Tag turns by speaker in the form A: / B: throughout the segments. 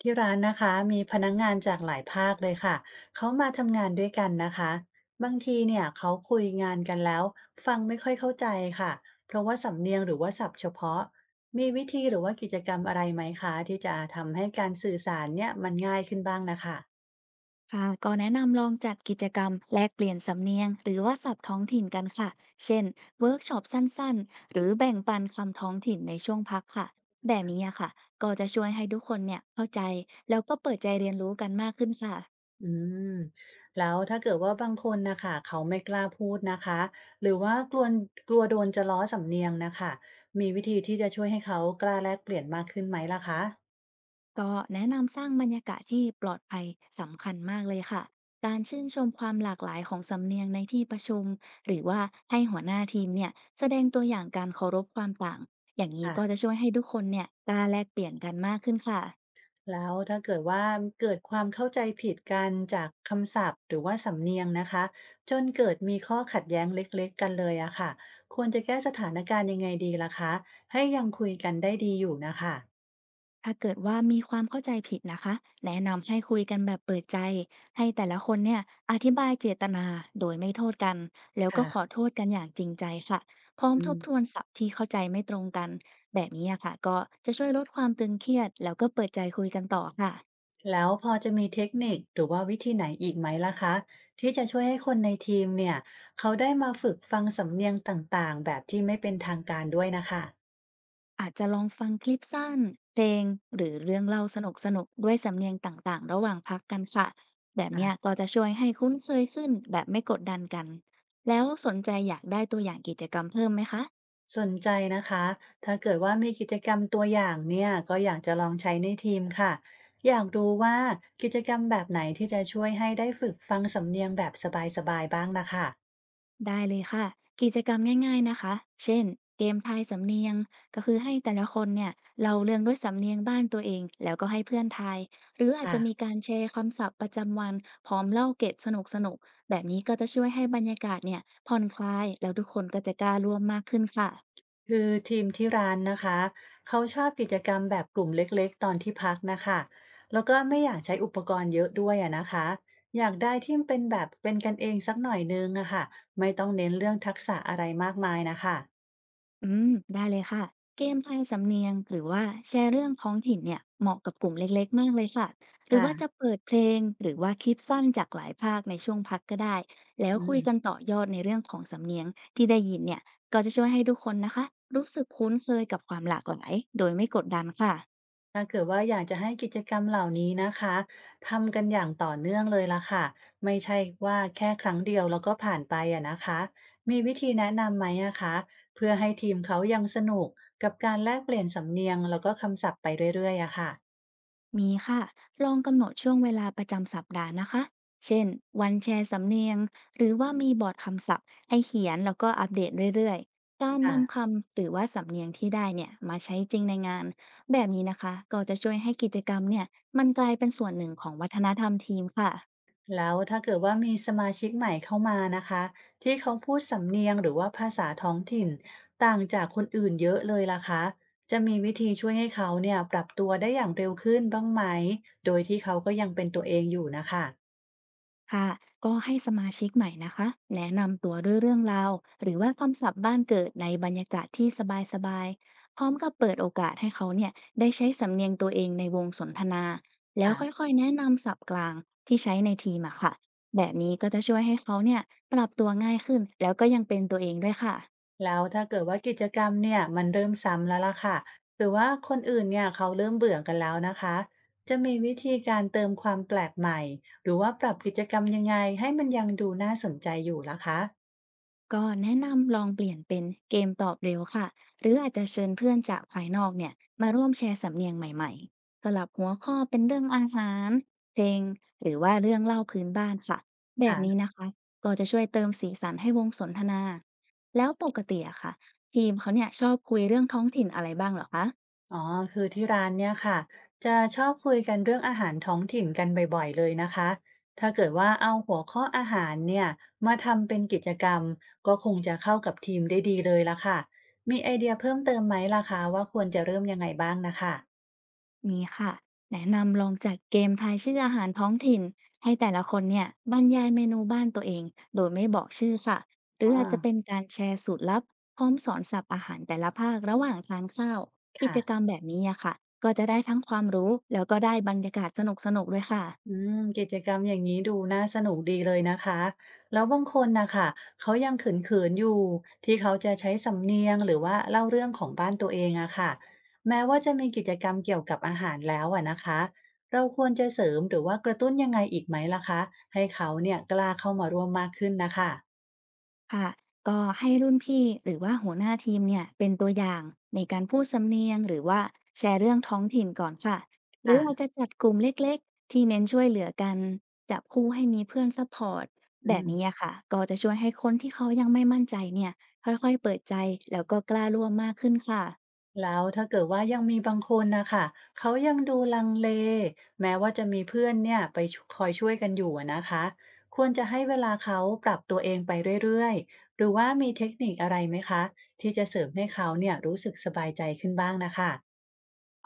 A: ที่ร้านนะคะมีพนักงานจากหลายภาคเลยค่ะเขามาทำงานด้วยกันนะคะบางทีเนี่ยเขาคุยงานกันแล้วฟังไม่ค่อยเข้าใจค่ะเพราะว่าสำเนียงหรือว่าศัพท์เฉพาะมีวิธีหรือว่ากิจกรรมอะไรไหมคะที่จะทำให้การสื่อสารเนี่ยมันง่ายขึ้นบ้างนะคะ
B: ค่ะก็แนะนำลองจัดกิจกรรมแลกเปลี่ยนสำเนียงหรือว่าศัพท์ท้องถิ่นกันค่ะเช่นเวิร์กช็อปสั้นๆหรือแบ่งปันคำท้องถิ่นในช่วงพักค่ะแบบนี้อะค่ะก็จะช่วยให้ทุกคนเนี่ยเข้าใจแล้วก็เปิดใจเรียนรู้กันมากขึ้นค่ะ
A: อืมแล้วถ้าเกิดว่าบางคนนะคะเขาไม่กล้าพูดนะคะหรือว่ากลัวกลัวโดนจะล้อสำเนียงนะคะมีวิธีที่จะช่วยให้เขากล้าแลกเปลี่ยนมากขึ้นไหมล่ะคะ
B: ก็แนะนำสร้างบรรยากาศที่ปลอดภัยสำคัญมากเลยค่ะการชื่นชมความหลากหลายของสำเนียงในที่ประชุมหรือว่าให้หัวหน้าทีมเนี่ยแสดงตัวอย่างการเคารพความต่างอย่างนี้ก็จะ
A: ค่ะ
B: ช่วยให้ทุกคนเนี่ยกล้าแลกเปลี่ยนกันมากขึ้นค่ะ
A: แล้วถ้าเกิดว่าเกิดความเข้าใจผิดกันจากคำศัพท์หรือว่าสำเนียงนะคะจนเกิดมีข้อขัดแย้งเล็กๆกันเลยอะค่ะควรจะแก้สถานการณ์ยังไงดีล่ะคะให้ยังคุยกันได้ดีอยู่นะคะ
B: ถ้าเกิดว่ามีความเข้าใจผิดนะคะแนะนำให้คุยกันแบบเปิดใจให้แต่ละคนเนี่ยอธิบายเจตนาโดยไม่โทษกันแล้วก็ขอ
A: ค่ะ
B: โทษกันอย่างจริงใจค่ะพร้อม
A: อื
B: ทบ
A: ม
B: ทวนศัพท์ที่เข้าใจไม่ตรงกันแบบนี้อะค่ะก็จะช่วยลดความตึงเครียดแล้วก็เปิดใจคุยกันต่อค่ะ
A: แล้วพอจะมีเทคนิคหรือว่าวิธีไหนอีกไหมล่ะคะที่จะช่วยให้คนในทีมเนี่ยเขาได้มาฝึกฟังสำเนียงต่างๆแบบที่ไม่เป็นทางการด้วยนะคะ
B: อาจจะลองฟังคลิปสั้นเพลงหรือเรื่องเล่าสนุกๆด้วยสำเนียงต่างๆระหว่างพักกันค่ะแบบเนี้ย
A: ค่ะ
B: ก็จะช่วยให้คุ้นเคยขึ้นแบบไม่กดดันกันแล้วสนใจอยากได้ตัวอย่างกิจกรรมเพิ่มไหมคะ
A: สนใจนะคะถ้าเกิดว่ามีกิจกรรมตัวอย่างเนี่ยก็อยากจะลองใช้ในทีมค่ะอยากดูว่ากิจกรรมแบบไหนที่จะช่วยให้ได้ฝึกฟังสำเนียงแบบสบายๆบ้างนะคะ
B: ได้เลยค่ะกิจกรรมง่ายๆนะคะเช่นเกมทายสำเนียงก็คือให้แต่ละคนเนี่ยเล่าเรื่องด้วยสำเนียงบ้านตัวเองแล้วก็ให้เพื่อนทายหรืออาจจะมี
A: อ่ะ
B: การแชร์คำศัพท์ประจำวันพร้อมเล่าเกร็ดสนุกๆแบบนี้ก็จะช่วยให้บรรยากาศเนี่ยผ่อนคลายแล้วทุกคนก็จะกล้าร่วมมากขึ้นค่ะ
A: คือทีมที่ร้านนะคะเขาชอบกิจกรรมแบบกลุ่มเล็กๆตอนที่พักนะคะแล้วก็ไม่อยากใช้อุปกรณ์เยอะด้วยอะนะคะอยากได้ที่เป็นแบบเป็นกันเองสักหน่อยนึงอะค่ะไม่ต้องเน้นเรื่องทักษะอะไรมากมายนะคะ
B: อืมได้เลยค่ะเกมทายสำเนียงหรือว่าแชร์เรื่องท้องถิ่นเนี่ยเหมาะกับกลุ่มเล็กๆมากเลยค่ะหรือ
A: ค่ะ
B: ว่าจะเปิดเพลงหรือว่าคลิปสั้นจากหลายภาคในช่วงพักก็ได้แล้ว
A: อื
B: คุย
A: ม
B: กันต่อยอดในเรื่องของสำเนียงที่ได้ยินเนี่ยก็จะช่วยให้ทุกคนนะคะรู้สึกคุ้นเคยกับความหลากหลายโดยไม่กดดันค่ะ
A: ถ้าเกิดว่าอยากจะให้กิจกรรมเหล่านี้นะคะทำกันอย่างต่อเนื่องเลยละค่ะไม่ใช่ว่าแค่ครั้งเดียวแล้วก็ผ่านไปอะนะคะมีวิธีแนะนำไหมอะคะเพื่อให้ทีมเขายังสนุกกับการแลกเปลี่ยนสำเนียงแล้วก็คำศัพท์ไปเรื่อยๆอะค่ะ
B: มีค่ะลองกำหนดช่วงเวลาประจำสัปดาห์นะคะเช่นวันแชร์สำเนียงหรือว่ามีบอร์ดคำศัพท์ให้เขียนแล้วก็อัปเดตเรื่อยๆการ
A: ค่ะ
B: นำคำหรือว่าสำเนียงที่ได้เนี่ยมาใช้จริงในงานแบบนี้นะคะก็จะช่วยให้กิจกรรมเนี่ยมันกลายเป็นส่วนหนึ่งของวัฒนธรรมทีมค่ะ
A: แล้วถ้าเกิดว่ามีสมาชิกใหม่เข้ามานะคะที่เขาพูดสำเนียงหรือว่าภาษาท้องถิ่นต่างจากคนอื่นเยอะเลยล่ะคะจะมีวิธีช่วยให้เขาเนี่ยปรับตัวได้อย่างเร็วขึ้นบ้างไหมโดยที่เขาก็ยังเป็นตัวเองอยู่นะคะ
B: ค่ะก็ให้สมาชิกใหม่นะคะแนะนำตัวด้วยเรื่องราวหรือว่าคำศัพท์บ้านเกิดในบรรยากาศที่สบายๆพร้อมกับเปิดโอกาสให้เขาเนี่ยได้ใช้สำเนียงตัวเองในวงสนทนาแล้วค่
A: ค่ะ
B: อยๆแนะนำศัพท์กลางที่ใช้ในทีมอะค่ะแบบนี้ก็จะช่วยให้เขาเนี่ยปรับตัวง่ายขึ้นแล้วก็ยังเป็นตัวเองด้วยค่ะ
A: แล้วถ้าเกิดว่ากิจกรรมเนี่ยมันเริ่มซ้ำแล้วล่ะค่ะหรือว่าคนอื่นเนี่ยเขาเริ่มเบื่อกันแล้วนะคะจะมีวิธีการเติมความแปลกใหม่หรือว่าปรับกิจกรรมยังไงให้มันยังดูน่าสนใจอยู่ล่ะคะ
B: ก็แนะนำลองเปลี่ยนเป็นเกมตอบเร็วค่ะหรืออาจจะเชิญเพื่อนจากภายนอกเนี่ยมาร่วมแชร์สำเนียงใหม่ๆสลับหัวข้อเป็นเรื่องอาหารเพลงหรือว่าเรื่องเล่าพื้นบ้านค่ะแบบนี้นะคะก็จะช่วยเติมสีสันให้วงสนทนาแล้วปกติอะค่ะทีมเขาเนี่ยชอบคุยเรื่องท้องถิ่นอะไรบ้างเหรอคะ
A: อ๋อ คือที่ร้านเนี่ยค่ะ จะชอบคุยกันเรื่องอาหารท้องถิ่นกันบ่อยๆเลยนะคะ ถ้าเกิดว่าเอาหัวข้ออาหารเนี่ยมาทำเป็นกิจกรรม ก็คงจะเข้ากับทีมได้ดีเลยละค่ะ มีไอเดียเพิ่มเติมไหมล่ะคะว่าควรจะเริ่มยังไงบ้างนะคะ
B: มีค่ะแนะนำลองจัดเกมทายชื่ออาหารท้องถิ่นให้แต่ละคนเนี่ยบรรยายเมนูบ้านตัวเองโดยไม่บอกชื่อค่ะหรือ
A: อ๋อ
B: อาจจะเป็นการแชร์สูตรลับพร้อมสอนสับอาหารแต่ละภาคระหว่างทานข้าวกิจกรร
A: ค่ะ
B: มแบบนี้อะค่ะก็จะได้ทั้งความรู้แล้วก็ได้บรรยากาศสนุกๆด้วยค่ะ
A: อืมกิจกรรมอย่างนี้ดูน่าสนุกดีเลยนะคะแล้วบางคนนะคะเขายังเขินๆอยู่ที่เขาจะใช้สำเนียงหรือว่าเล่าเรื่องของบ้านตัวเองอะค่ะแม้ว่าจะมีกิจกรรมเกี่ยวกับอาหารแล้วอะนะคะเราควรจะเสริมหรือว่ากระตุ้นยังไงอีกไหมล่ะคะให้เขาเนี่ยกล้าเข้ามาร่วมมากขึ้นนะคะ
B: ค่ะก็ให้รุ่นพี่หรือว่าหัวหน้าทีมเนี่ยเป็นตัวอย่างในการพูดสำเนียงหรือว่าแชร์เรื่องท้องถิ่นก่อนค่ะหรืออาจจะ
A: ค่ะ
B: จัดกลุ่มเล็กๆที่เน้นช่วยเหลือกันจับคู่ให้มีเพื่อนซัพพอร์ตแบ
A: อื
B: บนี้
A: ม
B: อะค่ะก็จะช่วยให้คนที่เขายังไม่มั่นใจเนี่ยค่อยๆเปิดใจแล้วก็กล้าร่วมมากขึ้นค่ะ
A: แล้วถ้าเกิดว่ายังมีบางคนนะคะเขายังดูลังเลแม้ว่าจะมีเพื่อนเนี่ยไปชคอยช่วยกันอยู่อะนะคะควรจะให้เวลาเขาปรับตัวเองไปเรื่อยๆหรือว่ามีเทคนิคอะไรไหมคะที่จะเสริมให้เขาเนี่ยรู้สึกสบายใจขึ้นบ้างนะคะ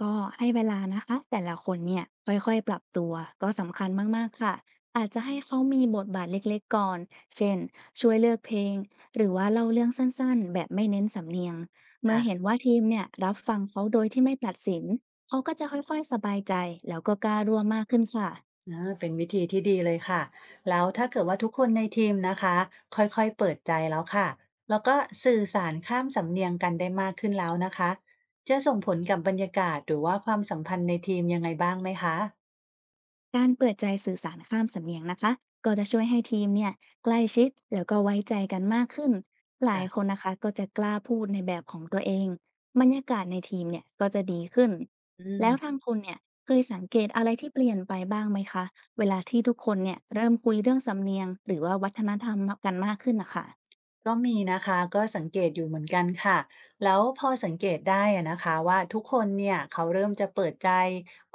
B: ก็ให้เวลานะคะแต่ละคนเนี่ยค่อยๆปรับตัวก็สำคัญมากๆค่ะอาจจะให้เขามีบทบาทเล็กๆก่อนเช่นช่วยเลือกเพลงหรือว่าเล่าเรื่องสั้นๆแบบไม่เน้นสำเนียงเมื่อ
A: ค่ะ
B: เห็นว่าทีมเนี่ยรับฟังเขาโดยที่ไม่ตัดสินเขาก็จะค่อยๆสบายใจแล้วก็กล้าร่วมมากขึ้นค่ะ
A: อาเป็นวิธีที่ดีเลยค่ะแล้วถ้าเกิดว่าทุกคนในทีมนะคะค่อยๆเปิดใจแล้วค่ะแล้วก็สื่อสารข้ามสำเนียงกันได้มากขึ้นแล้วนะคะจะส่งผลกับบรรยากาศหรือว่าความสัมพันธ์ในทีมยังไงบ้างไหมคะ
B: การเปิดใจสื่อสารข้ามสำเนียงนะคะก็จะช่วยให้ทีมเนี่ยใกล้ชิดแล้วก็ไว้ใจกันมากขึ้นหลายค
A: อ่ะ
B: นนะคะก็จะกล้าพูดในแบบของตัวเองบรรยากาศในทีมเนี่ยก็จะดีขึ้น
A: อื
B: แล้วทา
A: ม
B: งคุณเนี่ยเคยสังเกตอะไรที่เปลี่ยนไปบ้างไหมคะเวลาที่ทุกคนเนี่ยเริ่มคุยเรื่องสำเนียงหรือว่าวัฒนธรรมกันมากขึ้นนะคะ
A: ก็มีนะคะก็สังเกตอยู่เหมือนกันค่ะแล้วพอสังเกตได้อะนะคะว่าทุกคนเนี่ยเขาเริ่มจะเปิดใจ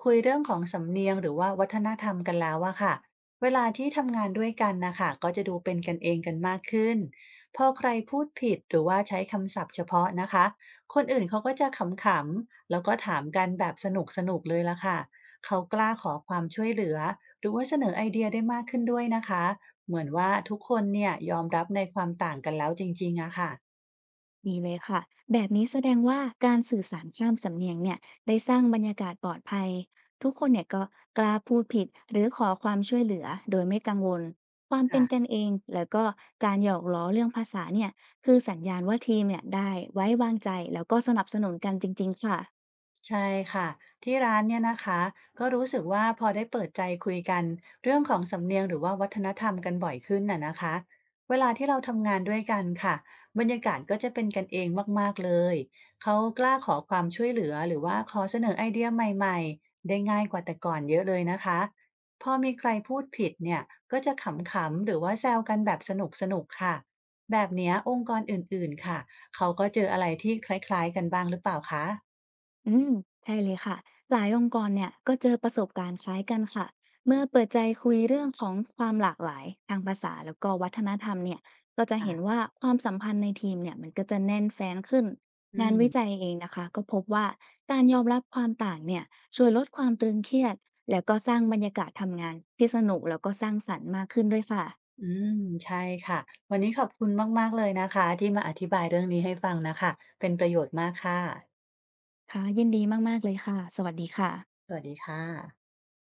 A: คุยเรื่องของสำเนียงหรือว่าวัฒนธรรมกันแล้วอะค่ะเวลาที่ทำงานด้วยกันนะคะก็จะดูเป็นกันเองกันมากขึ้นพอใครพูดผิดหรือว่าใช้คำศัพท์เฉพาะนะคะคนอื่นเขาก็จะขำๆแล้วก็ถามกันแบบสนุกสนุกเลยละค่ะเขากล้าขอความช่วยเหลือหรือว่าเสนอไอเดียได้มากขึ้นด้วยนะคะ เหมือนว่าทุกคนเนี่ยยอมรับในความต่างกันแล้วจริงๆอะค่ะ
B: มีเลยค่ะแบบนี้แสดงว่าการสื่อสารข้ามสำเนียงเนี่ยได้สร้างบรรยากาศปลอดภัยทุกคนเนี่ยก็กล้าพูดผิดหรือขอความช่วยเหลือโดยไม่กังวลความเป็
A: หา
B: นกันเองแล้วก็การหยอกล้อเรื่องภาษาเนี่ยคือสัญญาณว่าทีมเนี่ยได้ไว้วางใจแล้วก็สนับสนุนกันจริงๆค่ะ
A: ใช่ค่ะที่ร้านเนี่ยนะคะก็รู้สึกว่าพอได้เปิดใจคุยกันเรื่องของสำเนียงหรือว่าวัฒนธรรมกันบ่อยขึ้นน่ะนะคะเวลาที่เราทำงานด้วยกันค่ะบรรยากาศก็จะเป็นกันเองมากๆเลยเขากล้าขอความช่วยเหลือหรือว่าขอเสนอไอเดียใหม่ๆได้ง่ายกว่าแต่ก่อนเยอะเลยนะคะพอมีใครพูดผิดเนี่ยก็จะขำๆหรือว่าแซวกันแบบสนุกๆค่ะแบบเนี้ยองค์กรอื่นๆค่ะเขาก็เจออะไรที่คล้ายๆกันบ้างหรือเปล่าคะ
B: อืมใช่เลยค่ะหลายองค์กรเนี่ยก็เจอประสบการณ์คล้ายกันค่ะเมื่อเปิดใจคุยเรื่องของความหลากหลายทางภาษาแล้วก็วัฒนธรรมเนี่ยก็จะเห็นว่าความสัมพันธ์ในทีมเนี่ยมันก็จะแน่นแฟ้นขึ้น
A: อื
B: งานวิจั
A: ม
B: ยเองนะคะก็พบว่าการยอมรับความต่างเนี่ยช่วยลดความตรึงเครียดแล้วก็สร้างบรรยากาศทำงานที่สนุกแล้วก็สร้างสรรค์มากขึ้นด้วยค่ะ
A: อืมใช่ค่ะวันนี้ขอบคุณมากๆเลยนะคะที่มาอธิบายเรื่องนี้ให้ฟังนะคะเป็นประโยชน์มากค่ะ
B: ค่ะยินดีมากๆเลยค่ะสวัสดีค่ะ
A: สวัสดีค่ะ